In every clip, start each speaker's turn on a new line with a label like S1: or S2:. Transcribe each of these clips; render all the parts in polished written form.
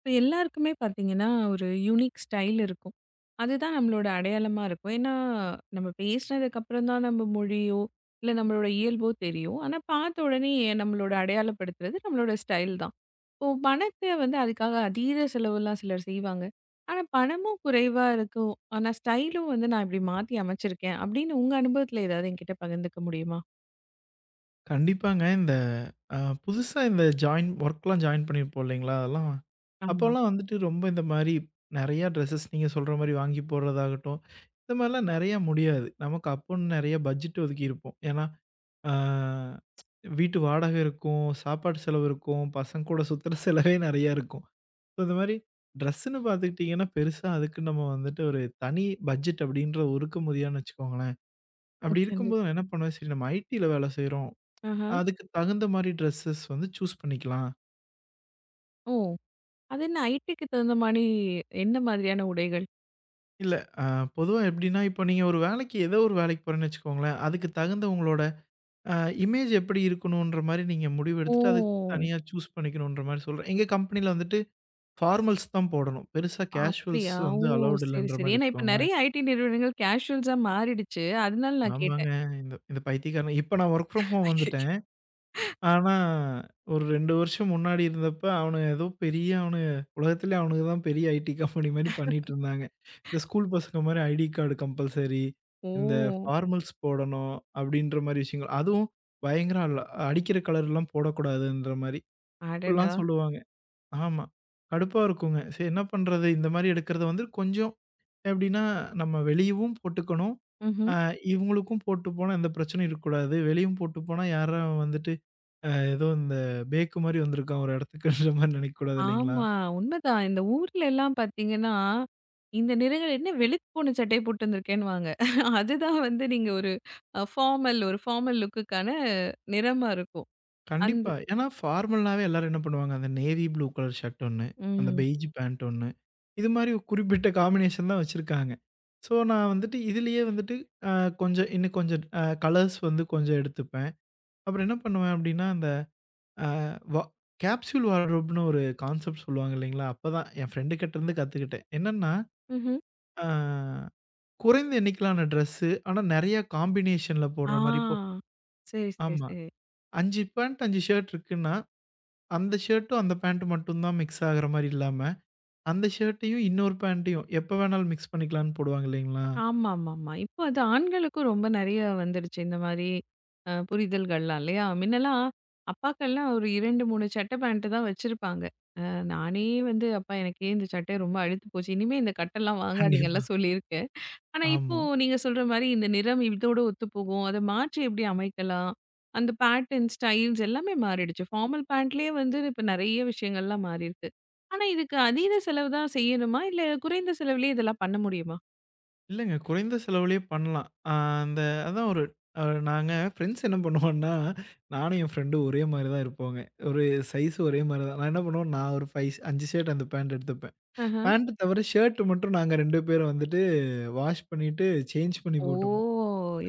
S1: இப்ப எல்லாருக்குமே பார்த்தீங்கன்னா, ஒரு யூனிக் ஸ்டைல் இருக்கும். அதுதான் நம்மளோட அடையாளமா இருக்கும். ஏன்னா, நம்ம பேசினதுக்கப்புறம் தான் நம்ம மொழியோ, இல்ல நம்மளோட இயல்போ தெரியும். ஆனா, பார்த்த உடனே நம்மளோட அடையாளப்படுத்துறது நம்மளோட ஸ்டைல் தான். இப்போ பணத்த வந்து அதுக்காக அதீத செலவுலாம் சிலர் செய்வாங்க. ஆனா, பணமும் குறைவா இருக்கும். ஆனா, ஸ்டைலும் வந்து நான் இப்படி மாத்தி அமைச்சிருக்கேன் அப்படின்னு உங்க அனுபவத்துல ஏதாவது என்கிட்ட பகிர்ந்துக்க முடியுமா?
S2: கண்டிப்பாங்க. இந்த அ புதுசா இந்த ஜாயின் ஒர்க்லாம் ஜாயின் பண்ணியிருப்போம் இல்லைங்களா? அதெல்லாம்
S1: ஆமா.
S2: அப்போலாம் வந்துட்டு ரொம்ப இந்த மாரி நெறையா ட்ரெஸ்ஸஸ் நீங்க சொல்ற மாரி வாங்கி போடுறதாகட்டும், இந்த மாரிலாம் நெறையா முடியாது. நமக்கு அப்போன்னு நெறையா பட்ஜெட் ஒதுக்கியிருப்போம். ஏன்னா, அ வீட்டு வாடகை இருக்கும், சாப்பாட்டு செலவு இருக்கும், பசங்க கூட சுத்துற செலவே நெறையா இருக்கும். ஸோ இந்த மாரி ட்ரெஸ்ஸுன்னு பார்த்துக்கிட்டிங்கன்னா, பெருசா அதுக்கு நம்ம வந்துட்டு ஒரு தனி பட்ஜெட் அப்படின்ற ஒதுக்க முடியாதுன்னு வச்சுக்கோங்களேன்.
S1: ம்.
S2: அப்படி இருக்கும்போது நான் என்ன பண்ணுவேன், சரி நம்ம ஐடில வேலை செய்றோம்.
S1: ஆஹா.
S2: அதுக்கு தகுந்த மாரி ட்ரெஸ்ஸஸ் வந்து சூஸ் பண்ணிக்கலாம்.
S1: ஓ! அது என்ன ஐடிக்கு தகுந்த மாரி என்ன மாதிரியான உடைகள்?
S2: இல்ல அ பொதுவா எப்படின்னா, இப்போ நீங்க ஒரு வேலைக்கு ஏதோ ஒரு வேலைக்கு போறேன்னு வச்சுக்கோங்களேன். அதுக்கு தகுந்த உங்களோட அ இமேஜ் எப்படி இருக்கணுன்ற மாரி நீங்க முடிவு எடுத்துட்டு, அதுக்கு
S1: ஓ!
S2: தனியா சூஸ் பண்ணிக்கணுன்ற மாரி சொல்றேன். எங்க கம்பெனில வந்துட்டு ஃபார்மல்ஸ் தான் போடணும். பெருசா கேஷுவல்ஸ்
S1: அப்படியா?
S2: வந்து
S1: ஓ!
S2: அலோவ்ட்
S1: சரி,
S2: இல்லன்ற
S1: சரி.
S2: மாரி
S1: ஏன்னா இப்ப
S2: வச்சுக்கோங்களேன்.
S1: நெறைய ஐடி நிறுவனங்கள் கேஷுவல்ஸா மாறிடுச்சு. அதனால நான்
S2: ஆமாங்க.
S1: கேட்டேன்.
S2: இந்த இந்த பைத்தியக்காரன் இப்ப நான் வொர்க் ஃப்ரம் ஹோம் வந்துட்டேன். ஆனா, ஒரு 2 வருஷம் முன்னாடி இருந்தப்ப, அவனுங்க ஏதோ பெரிய அவனுங்க உலகத்திலே அவனுங்க தான் பெரிய ஐடி கம்பெனி மாரி பண்ணிட்டுருந்தாங்க. இந்த ஸ்கூல் பசங்க மாரி ஐடி கார்டு கம்பல்சரி, இந்த
S1: ஓ!
S2: ஃபார்மல்ஸ் போடணும் அப்படின்ற மாரி விஷயங்கள். அதுவும் பயங்கர அல்ல அடிக்கிற கலர்லாம் போடக்கூடாதுன்ற மாரி.
S1: அடடா!
S2: இப்படிலாம் சொல்லுவாங்க. ஆமா. கடுப்பா இருக்குங்க. சரி என்ன பண்றது? இந்த மாரி எடுக்கிறத வந்து கொஞ்சம் எப்படின்னா, நம்ம வெளியவும் போட்டுக்கணும்.
S1: ம்ஹ்ம்.
S2: அ இவங்களுக்கும் போட்டு போனா எந்த பிரச்சனையும் இருக்கக்கூடாது. வெளியும் போட்டு போனா யாரும் வந்துட்டு ஏதோ இந்த பேக்கு மாரி வந்திருக்கான் ஒரு இடத்துக்குன்ற மாரி நினைக்கக்கூடாது இல்லைங்களா?
S1: ஆமா. உண்மதான். இந்த ஊர்ல எல்லாம் பார்த்தீங்கன்னா, இந்த நிறங்கள் என்ன வெளுத்து போன சட்டை போட்டுருந்துருக்கேன்னுவாங்க. அதுதான் வந்து நீங்க ஒரு ஃபார்மல் ஒரு ஃபார்மல் லுக்குக்கான நிறமா இருக்கும். அந்த
S2: கண்டிப்பா. ஏன்னா ஃபார்மல்னாவே எல்லாரும் என்ன பண்ணுவாங்க, அந்த நேவி ப்ளூ கலர் ஷர்ட் ஒண்ணு, அந்த
S1: ம்.
S2: பெய்ஜ் பேண்ட் ஒண்ணு. இது மாரி ஒரு குறிப்பிட்ட காம்பினேஷன் தான் வச்சிருக்காங்க. ஸோ நான் வந்துட்டு இதிலேயே வந்துட்டு அ கொஞ்சம் இன்னும் கொஞ்சம் கலர்ஸ் வந்து கொஞ்சம் எடுத்துப்பேன். அப்புறம் என்ன பண்ணுவேன் அப்டின்னா, அந்த வா கேப்சூல் வார்ட்ரோப்னு ஒரு கான்செப்ட் சொல்லுவாங்க இல்லைங்களா? அப்பதான் என் ஃப்ரெண்டு கிட்டருந்து கத்துக்கிட்டேன். என்னன்னா,
S1: ம்ஹ்ம்.
S2: அ குறைந்த எண்ணிக்கையிலான ட்ரெஸ்ஸு, ஆனா நெறைய காம்பினேஷன்ல போடுற மாரி இப்போ
S1: ஆ. சரி, சரி,
S2: ஆமா.
S1: சரி.
S2: 5 பேண்ட் 5 ஷர்ட் இருக்குன்னா, அந்த ஷர்ட்டும், அந்த பேண்ட் மட்டும் தான் மிக்ஸ் ஆகுற மாரி இல்லாம, அந்த ஷர்ட்டையும் இன்னொரு பேண்ட்டையும் எப்ப வேணாலும் மிக்ஸ் பண்ணிக்கலான்னு போடுவாங்க இல்லைங்களா?
S1: ஆமாமாமா. இப்போ அது ஆண்களுக்கும் ரொம்ப நெறைய வந்துடுச்சு. இந்த மாரி புரிதல்கள்லாம் இல்லையா? முன்னலாம் அப்பாக்கள்லாம் ஒரு 2, 3 சட்டை பேண்ட் தான் வச்சிருப்பாங்க. அ நானே வந்து அப்பா எனக்கு ஏன் இந்த சட்டை ரொம்ப அழுத்து போச்சு. இனிமே இந்த கட்டெல்லாம்
S2: கண்டிப்பா.
S1: வாங்காதீங்கலாம் சொல்லியிருக்கேன். ஆனா இப்போ
S2: ஆமா.
S1: நீங்க சொல்ற மாரி இந்த நிறம் இதோட ஒத்துப்போகும். அத மாற்றி எப்படி அமைக்கலாம்? அந்த பேட்டர்ன், ஸ்டைல்ஸ் எல்லாமே மாறிடுச்சு. ஃபார்மல் பேண்ட்லயே வந்து இப்ப நெறைய விஷயங்கள்லாம் மாறியிருக்கு. ஆனா இதுக்கு அதீத செலவு தான் செய்யணுமா? இல்ல குறைந்த செலவுலயே இதெல்லாம் பண்ண முடியுமா?
S2: இல்லங்க குறைந்த செலவுலயே பண்ணலாம். அந்த அதான் ஒரு அ நாங்க ஃப்ரெண்ட்ஸ் என்ன பண்ணுவோம்னா, நானும் என் ஃப்ரெண்டும் ஒரே மாரி தான் இருப்போங்க. ஒரு சைஸ் ஒரே மாரி தான். நான் என்ன பண்ணுவேன், நான் ஒரு 5 ஷர்ட் அந்த பேண்ட் எடுத்துப்பேன். பேண்ட் தவிர ஷர்ட் மட்டும் நாங்க 2 பேரும் வந்துட்டு வாஷ் பண்ணிட்டு சேஞ்ச் பண்ணி
S1: ஓ!
S2: போட்டுப்போம்.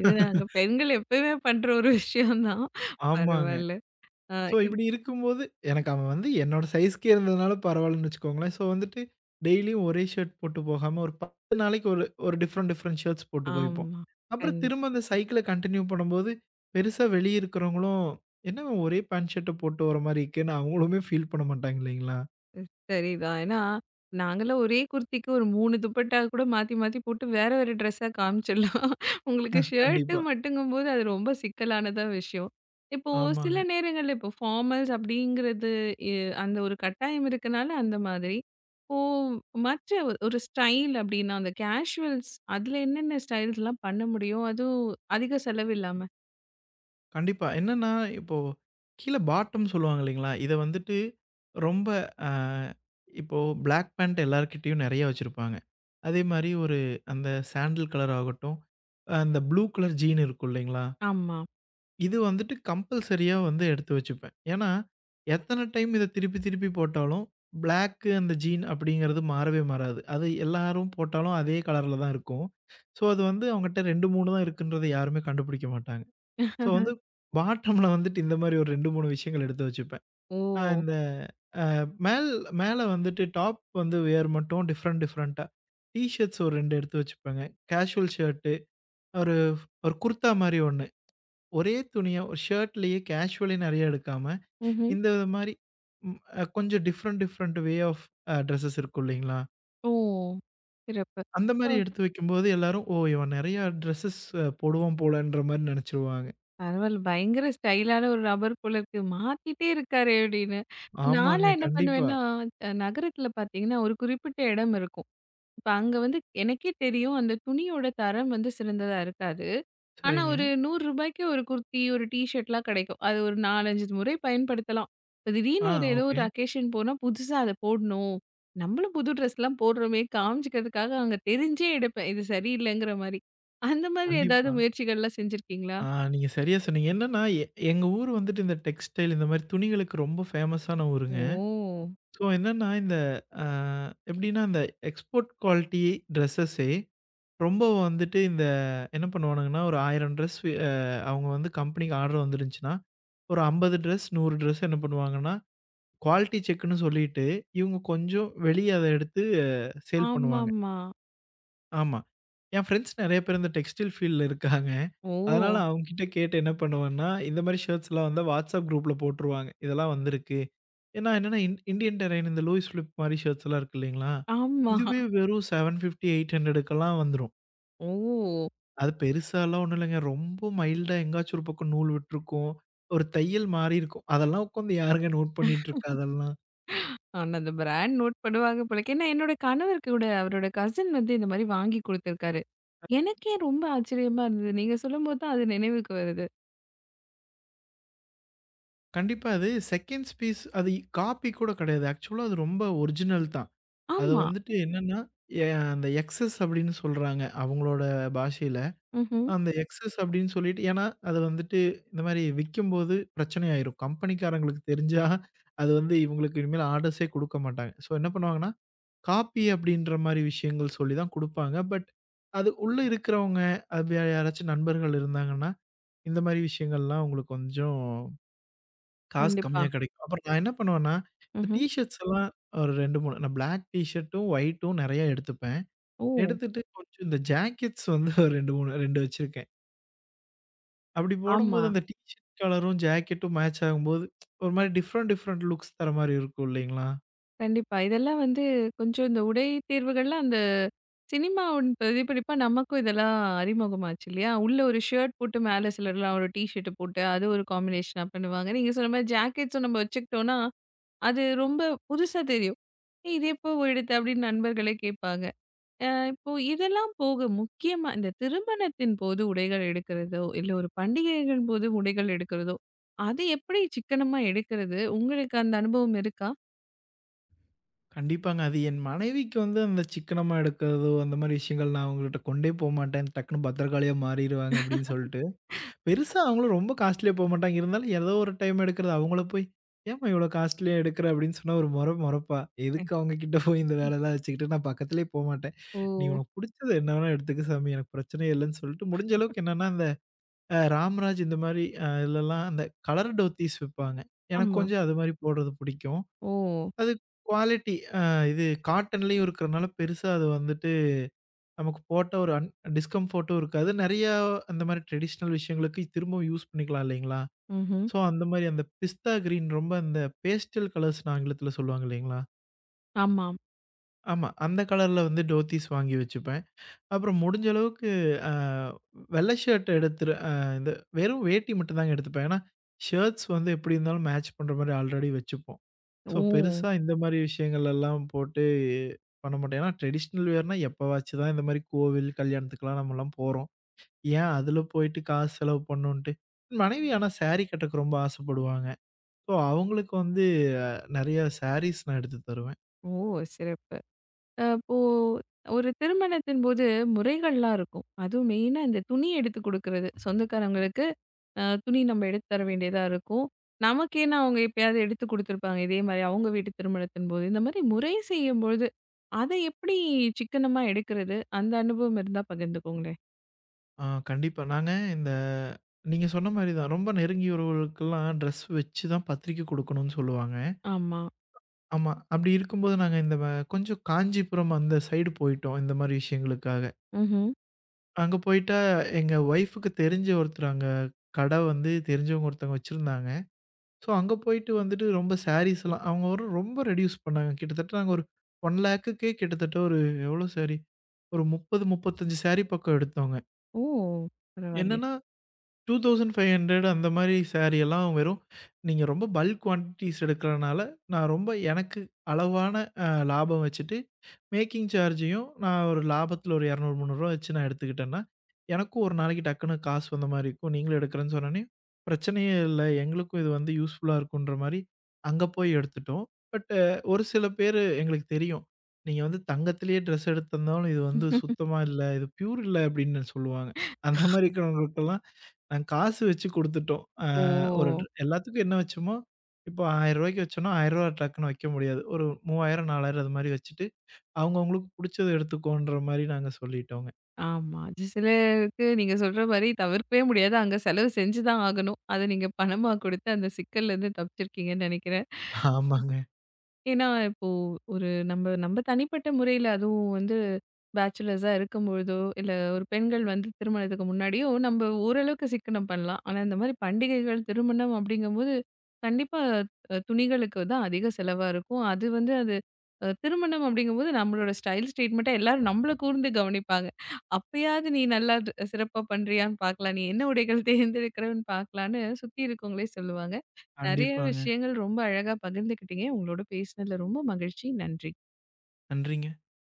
S1: இது நாங்க பெண்கள் எப்பயுமே பண்ற ஒரு விஷயம் தான்.
S2: ஆமாங்க.
S1: பரவால்ல. அ
S2: ஸோ,
S1: இப்
S2: இப்படி இருக்கும்போது, எனக்கு அவன் வந்து என்னோட சைஸ்க்கே இருந்ததுனால பரவாயில்லன்னு வச்சுக்கோங்களேன். ஸோ, வந்துட்டு டெய்லியும் ஒரே ஷர்ட் போட்டு போகாம, ஒரு 10 நாளைக்கு ஒரு ஒரு டிஃப்ரெண்ட் டிஃப்ரெண்ட் ஷர்ட்ஸ் போட்டு போய்ப்போம்.
S1: ஆமா.
S2: அப்புறம்
S1: கண்டிப்பா.
S2: திரும்ப அந்த சைக்கிள கன்டின்யூ பண்ணும்போது, பெருசா வெளிய இருக்கிறவங்களும், "என்ன இவன் ஒரே பேண்ட் ஷர்ட்ட போட்டு வர மாரி இருக்கேன்னு" அவங்களுமே ஃபீல் பண்ண மாட்டாங்க இல்லைங்களா?
S1: சரிதான். ஏன்னா, நாங்கலாம் ஒரே குர்திக்கு ஒரு 3 துப்பட்டா கூட மாத்தி மாத்தி போட்டு வேற வேற ட்ரெஸ்ஸா காமிச்சிடலாம். உங்களுக்கு ஷர்ட்டு
S2: கண்டிப்பா.
S1: மட்டுங்கும்போது அது ரொம்ப சிக்கலானதா விஷயம். இப்போ சில
S2: ஆமாங்க.
S1: நேரங்கள்ல இப்போ ஃபார்மல்ஸ் அப்படிங்கிறது எ அந்த ஒரு கட்டாயம் இருக்கனால அந்த மாதிரி. இப்போ மற்ற ஒரு ஸ்டைல் அப்படின்னா அந்த கேஷுவல்ஸ் அதுல என்னென்ன ஸ்டைல்ஸ்லாம் பண்ண முடியும்? அதுவும் அதிக செலவில்லாம?
S2: கண்டிப்பா. என்னன்னா, இப்போ கீழ பாட்டம் சொல்லுவாங்க இல்லைங்களா? இத வந்துட்டு ரொம்ப அ இப்போ பிளாக் பேண்ட் எல்லார்கிட்டயும் நெறைய வச்சிருப்பாங்க. அதே மாரி ஒரு அந்த சாண்டல் கலர் ஆகட்டும், அந்த ப்ளூ கலர் ஜீன் இருக்கும் இல்லைங்களா?
S1: ஆமா.
S2: இது வந்துட்டு கம்பல்சரியா வந்து எடுத்து வச்சுப்பேன். ஏன்னா, எத்தன டைம் இத திருப்பி திருப்பி போட்டாலும், பிளாக் அந்த ஜீன் அப்படிங்கிறது மாறவே மாறாது. அது எல்லாரும் போட்டாலும் அதே கலர்ல தான் இருக்கும். ஸோ, அது வந்து அவங்கட்ட 2, 3 தான் இருக்குன்றத யாருமே கண்டுபிடிக்க மாட்டாங்க. ஸோ வந்து பாட்டம்ல வந்துட்டு இந்த மாரி ஒரு 2, 3 விஷயங்கள் எடுத்து வச்சுப்பேன்.
S1: ஓ!
S2: இந்த மேல் மேல வந்துட்டு டாப் வந்து வியர் மட்டும் டிஃப்ரெண்ட் டிஃப்ரெண்ட்டா டீ ஷர்ட்ஸ் ஒரு 2 எடுத்து வச்சுப்பேங்க. கேஷுவல் ஷர்ட்டு ஒரு ஒரு குர்தா மாரி ஒண்ணு. ஒரே துணிய ஒரு ஷர்ட்லயே கேஷுவலே நெறைய எடுக்காம,
S1: ம்ஹ்ம்.
S2: இந்த மாரி ம் அ கொஞ்சம் different different way of dresses இருக்கும் இல்லைங்களா?
S1: ஓ! சிறப்பு.
S2: அந்த மாரி எடுத்து வைக்கும்போது எல்லாரும், "ஓ! இவன் நெறையா ட்ரெஸஸ் போடுவான் போல"ன்ற மாரி நெனச்சுருவாங்க.
S1: பரவால்ல. பயங்கர ஸ்டைலான ஒரு நபர் போல இருக்கு. மாத்திட்டே இருக்காரே! அப்படின்னு.
S2: ஆமாங்க.
S1: நான்லாம் என்ன
S2: கண்டிப்பா.
S1: பண்ணுவேன்னா, நகரத்தில பார்த்தீங்கன்னா, ஒரு குறிப்பிட்ட இடம் இருக்கும். இப்ப அங்க வந்து எனக்கே தெரியும் அந்த துணியோட தரம் வந்து சிறந்ததா இருக்காது. ஆனா
S2: சரிங்க.
S1: ஒரு ரூ. 100க்கு ஒரு குர்த்தி, ஒரு டீ ஷர்ட்லாம் கிடைக்கும். அது ஒரு 4, 5 முறை பயன்படுத்தலாம். இப்ப
S2: ஆ
S1: திடீர்னு ஒரு ஏதோ
S2: ஓகே.
S1: ஒரு அக்கேஷன் போனா புதுசா அத போடணும். நம்மளும் புது ட்ரெஸ்லாம் போடுறோமே காமிச்சுக்கிறதுக்காக அங்க தெரிஞ்சே எடுப்பேன். இது சரியில்லைங்கிற மாரி. அந்த மாதிரி ஏதாவது
S2: கண்டிப்பா.
S1: முயற்சிகள்லாம் செஞ்சிருக்கீங்களா?
S2: ஆ நீங்க சரியா சொன்னீங்க. என்னன்னா, எங்க ஊர் வந்துட்டு இந்த டெக்ஸ்டைல் இந்த மாரி துணிகளுக்கு ரொம்ப ஃபேமஸான ஊருங்க.
S1: ஓ!
S2: ஸோ என்னன்னா, இந்த அ எப்படின்னா, இந்த எக்ஸ்போர்ட் குவாலிட்டி ட்ரெஸ்ஸஸே ரொம்ப வந்துட்டு இந்த என்ன பண்ணுவானுங்கன்னா, ஒரு 1000 ட்ரெஸ் அ அவங்க வந்து கம்பெனிக்கு ஆர்டர் வந்துருந்துச்சுன்னா, ஒரு 50 ட்ரெஸ், 100 ட்ரெஸ் என்ன பண்ணுவாங்கன்னா, குவாலிட்டி செக்குன்னு சொல்லிட்டு, இவங்க கொஞ்சம் வெளிய அத எடுத்து சேல் பண்ணுவாங்க.
S1: ஆமாமா.
S2: ஆமா. என் ஃப்ரெண்ட்ஸ் நெறைய பேர் இந்த டெக்ஸ்டைல் ஃபீல்ட்ல இருக்காங்க. அதனால
S1: ஓ!
S2: ம். அவங்க கிட்ட கேட்டு என்ன பண்ணுவேன்னா, இந்த மாரி ஷர்ட்ஸ்லாம் வந்தா வாட்ஸ்அப் குரூப்ல போட்டுருவாங்க. இதெல்லாம் வந்திருக்கு. ஏன்னா என்னன்னா இன் இண்டியன் டெரெயின் இந்த லூயிஸ் ஃபிலிப் மாரி ஷர்ட்ஸ்லாம் இருக்கு இல்லைங்களா?
S1: ஆமா.
S2: இதுவே வெறும் 750, 800க்கெல்லாம் வந்துரும்.
S1: ஓ!
S2: அது பெருசாலாம் ஒண்ணும் இல்லைங்க. ரொம்ப மைல்டா எங்காச்சும் ஒரு பக்கம் நூல் விட்டுருக்கும். ஒரு தையல் மாறி இருக்கும். அதெல்லாம் உட்காந்து யாருங்க நோட் பண்ணிட்டு இருக்கா அதெல்லாம்.
S1: ஆனா அந்த பிராண்ட் நோட் பண்ணுவாங்க போலருக்கு. ஏன்னா என்னோட கணவருக்கு கூட அவரோட கசின் வந்து இந்த மாரி வாங்கி குடுத்துருக்காரு. எனக்கே ரொம்ப ஆச்சரியமா இருந்தது. நீங்க சொல்லும்போது தான் அது நினைவுக்கு வருது.
S2: கண்டிப்பா அது செகண்ட்ஸ் பீஸ் அது காப்பி கூட கிடையாது. ஆக்சுவலா அது ரொம்ப ஒரிஜினல் தான். அது
S1: ஆமா.
S2: வந்துட்டு என்னன்னா, எ அந்த எக்ஸஸ் அப்படின்னு சொல்றாங்க. அவங்களோட பாஷையில.
S1: ம்ஹ்ம்.
S2: அந்த எக்ஸஸ் அப்படின்னு சொல்லிட்டு ஏன்னா, அது வந்துட்டு இந்த மாரி விக்கும்போது பிரச்சனையாயிரும். கம்பெனிக்காரங்களுக்கு தெரிஞ்சா, அது வந்து இவங்களுக்கு இனிமேல் ஆர்டர்ஸே குடுக்க மாட்டாங்க. ஸோ என்ன பண்ணுவாங்கன்னா, காப்பி அப்படின்ற மாரி விஷயங்கள் சொல்லி தான் குடுப்பாங்க. பட் அது உள்ள இருக்கிறவங்க, அது வேற யாராச்சும் நண்பர்கள் இருந்தாங்கன்னா, இந்த மாரி விஷயங்கள்லாம் அவங்களுக்கு கொஞ்சம் காசு
S1: கண்டிப்பா.
S2: கம்மியா கிடைக்கும். அப்புறம் நான் என்ன பண்ணுவேன்னா, இந்த டீ
S1: ம்ஹ்ம்.
S2: ஷர்ட்ஸ் எல்லாம் ஒரு 2, 3 நான் பிளாக் டீ ஷர்ட்டும், ஒயிட்டும் நெறைய எடுத்துப்பேன்.
S1: ஓ!
S2: எடுத்துட்டு கொஞ்சம் இந்த ஜாக்கெட்ஸ் வந்து ஒரு 2, 3 2 வச்சிருக்கேன். அப்படி
S1: ஆமா.
S2: போடும்போது அந்த டீ ஷர்ட் கலரும், ஜாக்கெட்டும் மேட்ச் ஆகும்போது, ஒரு மாரி டிஃப்ரெண்ட், டிஃப்ரெண்ட் லுக்ஸ் தர மாரி இருக்கும் இல்லைங்களா?
S1: கண்டிப்பா. இதெல்லாம் வந்து கொஞ்சம் இந்த உடை தேர்வுகள்லாம் அந்த சினிமாவின் பிரதிபலிப்பா நமக்கும் இதெல்லாம் அறிமுகமாச்சு இல்லையா? உள்ள ஒரு ஷர்ட் போட்டு மேல சிலர்லாம் ஒரு டீ ஷர்ட் போட்டு அது ஒரு காம்பினேஷனா பண்ணுவாங்க. நீங்க சொன்ன மாரி ஜாக்கெட்ஸும் நம்ம வச்சுக்கிட்டோம்னா, அது ரொம்ப புதுசா தெரியும். "ஏய் இது எப்போ எடுத்த?" அப்படின்னு நண்பர்களே கேட்பாங்க. அ இப்போ இதெல்லாம் போக முக்கியமா இந்த திருமணத்தின் போது உடைகள் எடுக்கிறதோ, இல்ல ஒரு பண்டிகைகள் போது உடைகள் எடுக்கிறதோ, அது எப்படி சிக்கனமா எடுக்கிறது? உங்களுக்கு அந்த அனுபவம் இருக்கா?
S2: கண்டிப்பாங்க. அது என் மனைவிக்கு வந்து அந்த சிக்கனமா எடுக்கிறதோ, அந்த மாரி விஷயங்கள் நான் அவங்ககிட்ட கொண்டே போமாட்டேன். டக்குனு பத்திரகாளியா மாறிருவாங்க அப்படின்னு சொல்லிட்டு. பெருசா அவங்களும் ரொம்ப காஸ்ட்லியா போமாட்டாங்க. இருந்தாலும் ஏதோ ஒரு டைம் எடுக்கிறது. அவங்கள போய் "ஏம்மா இவ்ளோ காஸ்ட்லியா எடுக்குற?" அப்படின்னு சொன்னா ஒரு மொற மொறப்பா. எதுக்கு அவங்க கிட்ட போய் இந்த வேலைலாம் வச்சுக்கிட்டு நான் பக்கத்திலேயே போமாட்டேன்.
S1: ஓ!
S2: "நீ உனக்கு புடிச்சது என்ன வேணா எடுத்துக்க சாமி. எனக்கு பிரச்சனையே இல்லன்னு" சொல்லிட்டு முடிஞ்ச அளவுக்கு என்னன்னா, இந்த ராம்ராஜ் இந்த மாரி இதுலலாம் அந்த கலர் டோத்தீஸ் விப்பாங்க. எனக்கு
S1: ஆமா.
S2: கொஞ்சம் அது மாரி போடுறது பிடிக்கும்.
S1: ஓ!
S2: அது குவாலிட்டி இது காட்டன்லேயும் இருக்கிறனால பெருசா அது வந்துட்டு நமக்கு போட்ட ஒரு டிஸ்கம்ஃபோர்ட்டும் இருக்காது. நெறையா அந்த மாரி ட்ரெடிஷனல் விஷயங்களுக்கு திரும்பவும் யூஸ் பண்ணிக்கலாம் இல்லைங்களா?
S1: ம்ஹ்ம்.
S2: ஸோ, அந்த மாரி அந்த பிஸ்தா கிரீன் ரொம்ப அந்த பேஸ்டல் கலர்ஸ்ன்னு ஆங்கிலத்தில சொல்லுவாங்க இல்லைங்களா?
S1: ஆமாம்.
S2: ஆமா. அந்த கலர்ல வந்து டோத்தீஸ் வாங்கி வச்சுப்பேன். அப்புறம் முடிஞ்ச அளவுக்கு அ வெள்ள ஷர்ட் எடுத்துரு இந்த வெறும் வேட்டி மட்டும் தாங்க எடுத்துப்பேன். ஏன்னா, ஷர்ட்ஸ் வந்து எப்படி இருந்தாலும் மேட்ச் பண்ற மாரி ஆல்ரெடி வச்சுப்போம். ஸோ,
S1: ஓ!
S2: பெருசா இந்த மாரி விஷயங்கள்லாம் போட்டு பண்ண மாட்டேன். ஏன்னா, ட்ரெடிஷ்னல் வியர்னா எப்பவாச்சு தான் இந்த மாரி கோவில், கல்யாணத்துக்குலாம் நம்மலாம் போறோம். ஏன் அதில போயிட்டு காசு செலவு பண்ணணுன்ட்டு. மனைவி ஆனா சாரி கட்டக்கு ரொம்ப ஆசைப்படுவாங்க. ஸோ, அவங்களுக்கு வந்து நெறைய சாரீஸ் நான் எடுத்து தருவேன்.
S1: ஓ! சிறப்பு. இப்போ ஒரு திருமணத்தின் போது முறைகள்லாம் இருக்கும். அதுவும் மெயினா இந்த துணி எடுத்து குடுக்குறது. சொந்தக்காரங்களுக்கு துணி நம்ம எடுத்து தர வேண்டியதா இருக்கும். நமக்கேன்னு அவங்க எப்பயாவது எடுத்து குடுத்துருப்பாங்க. இதே மாரி அவங்க வீட்டு திருமணத்தின் போது. இந்த மாரி முறை செய்யும்பொழுது, அத எப்படி சிக்கனமா எடுக்கிறது? அந்த அனுபவம் இருந்தா பகிர்ந்துக்கோங்களேன்.
S2: கண்டிப்பா. நாங்க இந்த நீங்க சொன்ன மாரி தான். ரொம்ப நெருங்கிய உறவுகளுக்கெல்லாம் ட்ரெஸ் வச்சு தான் பத்திரிக்கை குடுக்கணும்னு சொல்லுவாங்க.
S1: ஆமா.
S2: ஆமா. அப்படி இருக்கும்போது நாங்க இந்த கொஞ்சம் காஞ்சிபுரம் அந்த சைடு போயிட்டோம், இந்த மாரி விஷயங்களுக்காக.
S1: ம்ஹ்ம்.
S2: அங்க போயிட்டா எங்க ஒய்ஃப்‌க்கு தெரிஞ்ச ஒருத்தர் அங்க கடை வந்து தெரிஞ்சவங்க ஒருத்தவங்க வச்சிருந்தாங்க. ஸோ அங்க போயிட்டு வந்துட்டு ரொம்ப சாரீஸ்லாம் அவங்க ஒரு ரொம்ப ரெடியூஸ் பண்ணாங்க. கிட்டத்தட்ட நாங்க ஒரு 1 லேக்குக்கே கிட்டத்தட்ட ஒரு எவ்வளோ சாரி? ஒரு 30, 35 சாரி பக்கம் எடுத்தோங்க.
S1: ஓ! பரவாயில்லையே.
S2: என்னன்னா 2,500 அந்த மாரி சாரி எல்லாம் வெறும் நீங்க ரொம்ப பல்க் குவான்டிட்டிஸ் எடுக்கிறனால, நான் ரொம்ப எனக்கு அளவான லாபம் வச்சுட்டு, மேக்கிங் சார்ஜையும் நான் ஒரு லாபத்தில ஒரு 200, ரூ. 300 வச்சு நான் எடுத்துக்கிட்டேன்னா, எனக்கும் ஒரு நாளைக்கு டக்குனு காசு வந்த மாரி இருக்கும். நீங்களும் எடுக்கிறேன்னு சொன்னோனே, பிரச்சனையே இல்ல. எங்களுக்கும் இது வந்து யூஸ்ஃபுல்லா இருக்குன்ற மாரி அங்க போய் எடுத்துட்டோம். பட் ஒரு சில பேரு எங்களுக்கு தெரியும். நீங்க வந்து தங்கத்திலேயே ட்ரெஸ் எடுத்திருந்தாலும், இது வந்து சுத்தமா இல்ல. இது பியூர் இல்ல அப்படின்னு சொல்லுவாங்க. அந்த மாரி இருக்கிறவங்களுக்கெல்லாம் நாங்க காசு வச்சு குடுத்துட்டோம். ஒரு
S1: ஓ!
S2: எல்லாத்துக்கும் என்ன வச்சோமோ, இப்போ ரூ. 1000 வச்சோம்னா, ரூ. 1000 டக்குன்னு வைக்க முடியாது. ஒரு 3000, 4000 அது மாரி வச்சுட்டு, அவங்கவங்களுக்கு புடிச்சத எடுத்துக்கோன்ற மாரி நாங்க சொல்லிட்டோங்க.
S1: ஆமா. அது சிலருக்கு நீங்க சொல்ற மாரி தவிர்க்கவே முடியாது. அங்க செலவு செஞ்சு தான் ஆகணும். அத நீங்க பணமா குடுத்து அந்த சிக்கல்ல இருந்து தப்பிச்சிருக்கீங்கன்னு நெனைக்கிறேன்.
S2: ஆமாங்க.
S1: ஏன்னா, இப்போ ஒரு நம்ம நம்ம தனிப்பட்ட முறையில அதுவும் வந்து பேச்சுலர்ஸா இருக்கும்பொழுதோ, இல்ல ஒரு பெண்கள் வந்து திருமணத்துக்கு முன்னாடியோ, நம்ம ஓரளவுக்கு சிக்கனம் பண்ணலாம். ஆனா, இந்த மாதிரி பண்டிகைகள், திருமணம் அப்படிங்கும்போது, கண்டிப்பா துணிகளுக்கு தான் அதிக செலவா இருக்கும். அது வந்து அது திருமணம் அப்படிங்கும்போது நம்மளோட ஸ்டைல் ஸ்டேட்மெண்ட்டா எல்லாரும் நம்மள கூர்ந்து கவனிப்பாங்க. அப்பயாவது நீ நல்லா சிறப்பா பண்றியான்னு பார்க்கலாம். நீ என்ன உடைகள் தேர்ந்தெடுக்கிறன்னு பார்க்கலான்னு சுத்தி இருக்கவங்களே சொல்லுவாங்க. நெறைய
S2: கண்டிப்பாங்க.
S1: விஷயங்கள் ரொம்ப அழகா பகிர்ந்துக்கிட்டீங்க. உங்களோட பேசினதுல ரொம்ப மகிழ்ச்சி. நன்றி.
S2: நன்றிங்க.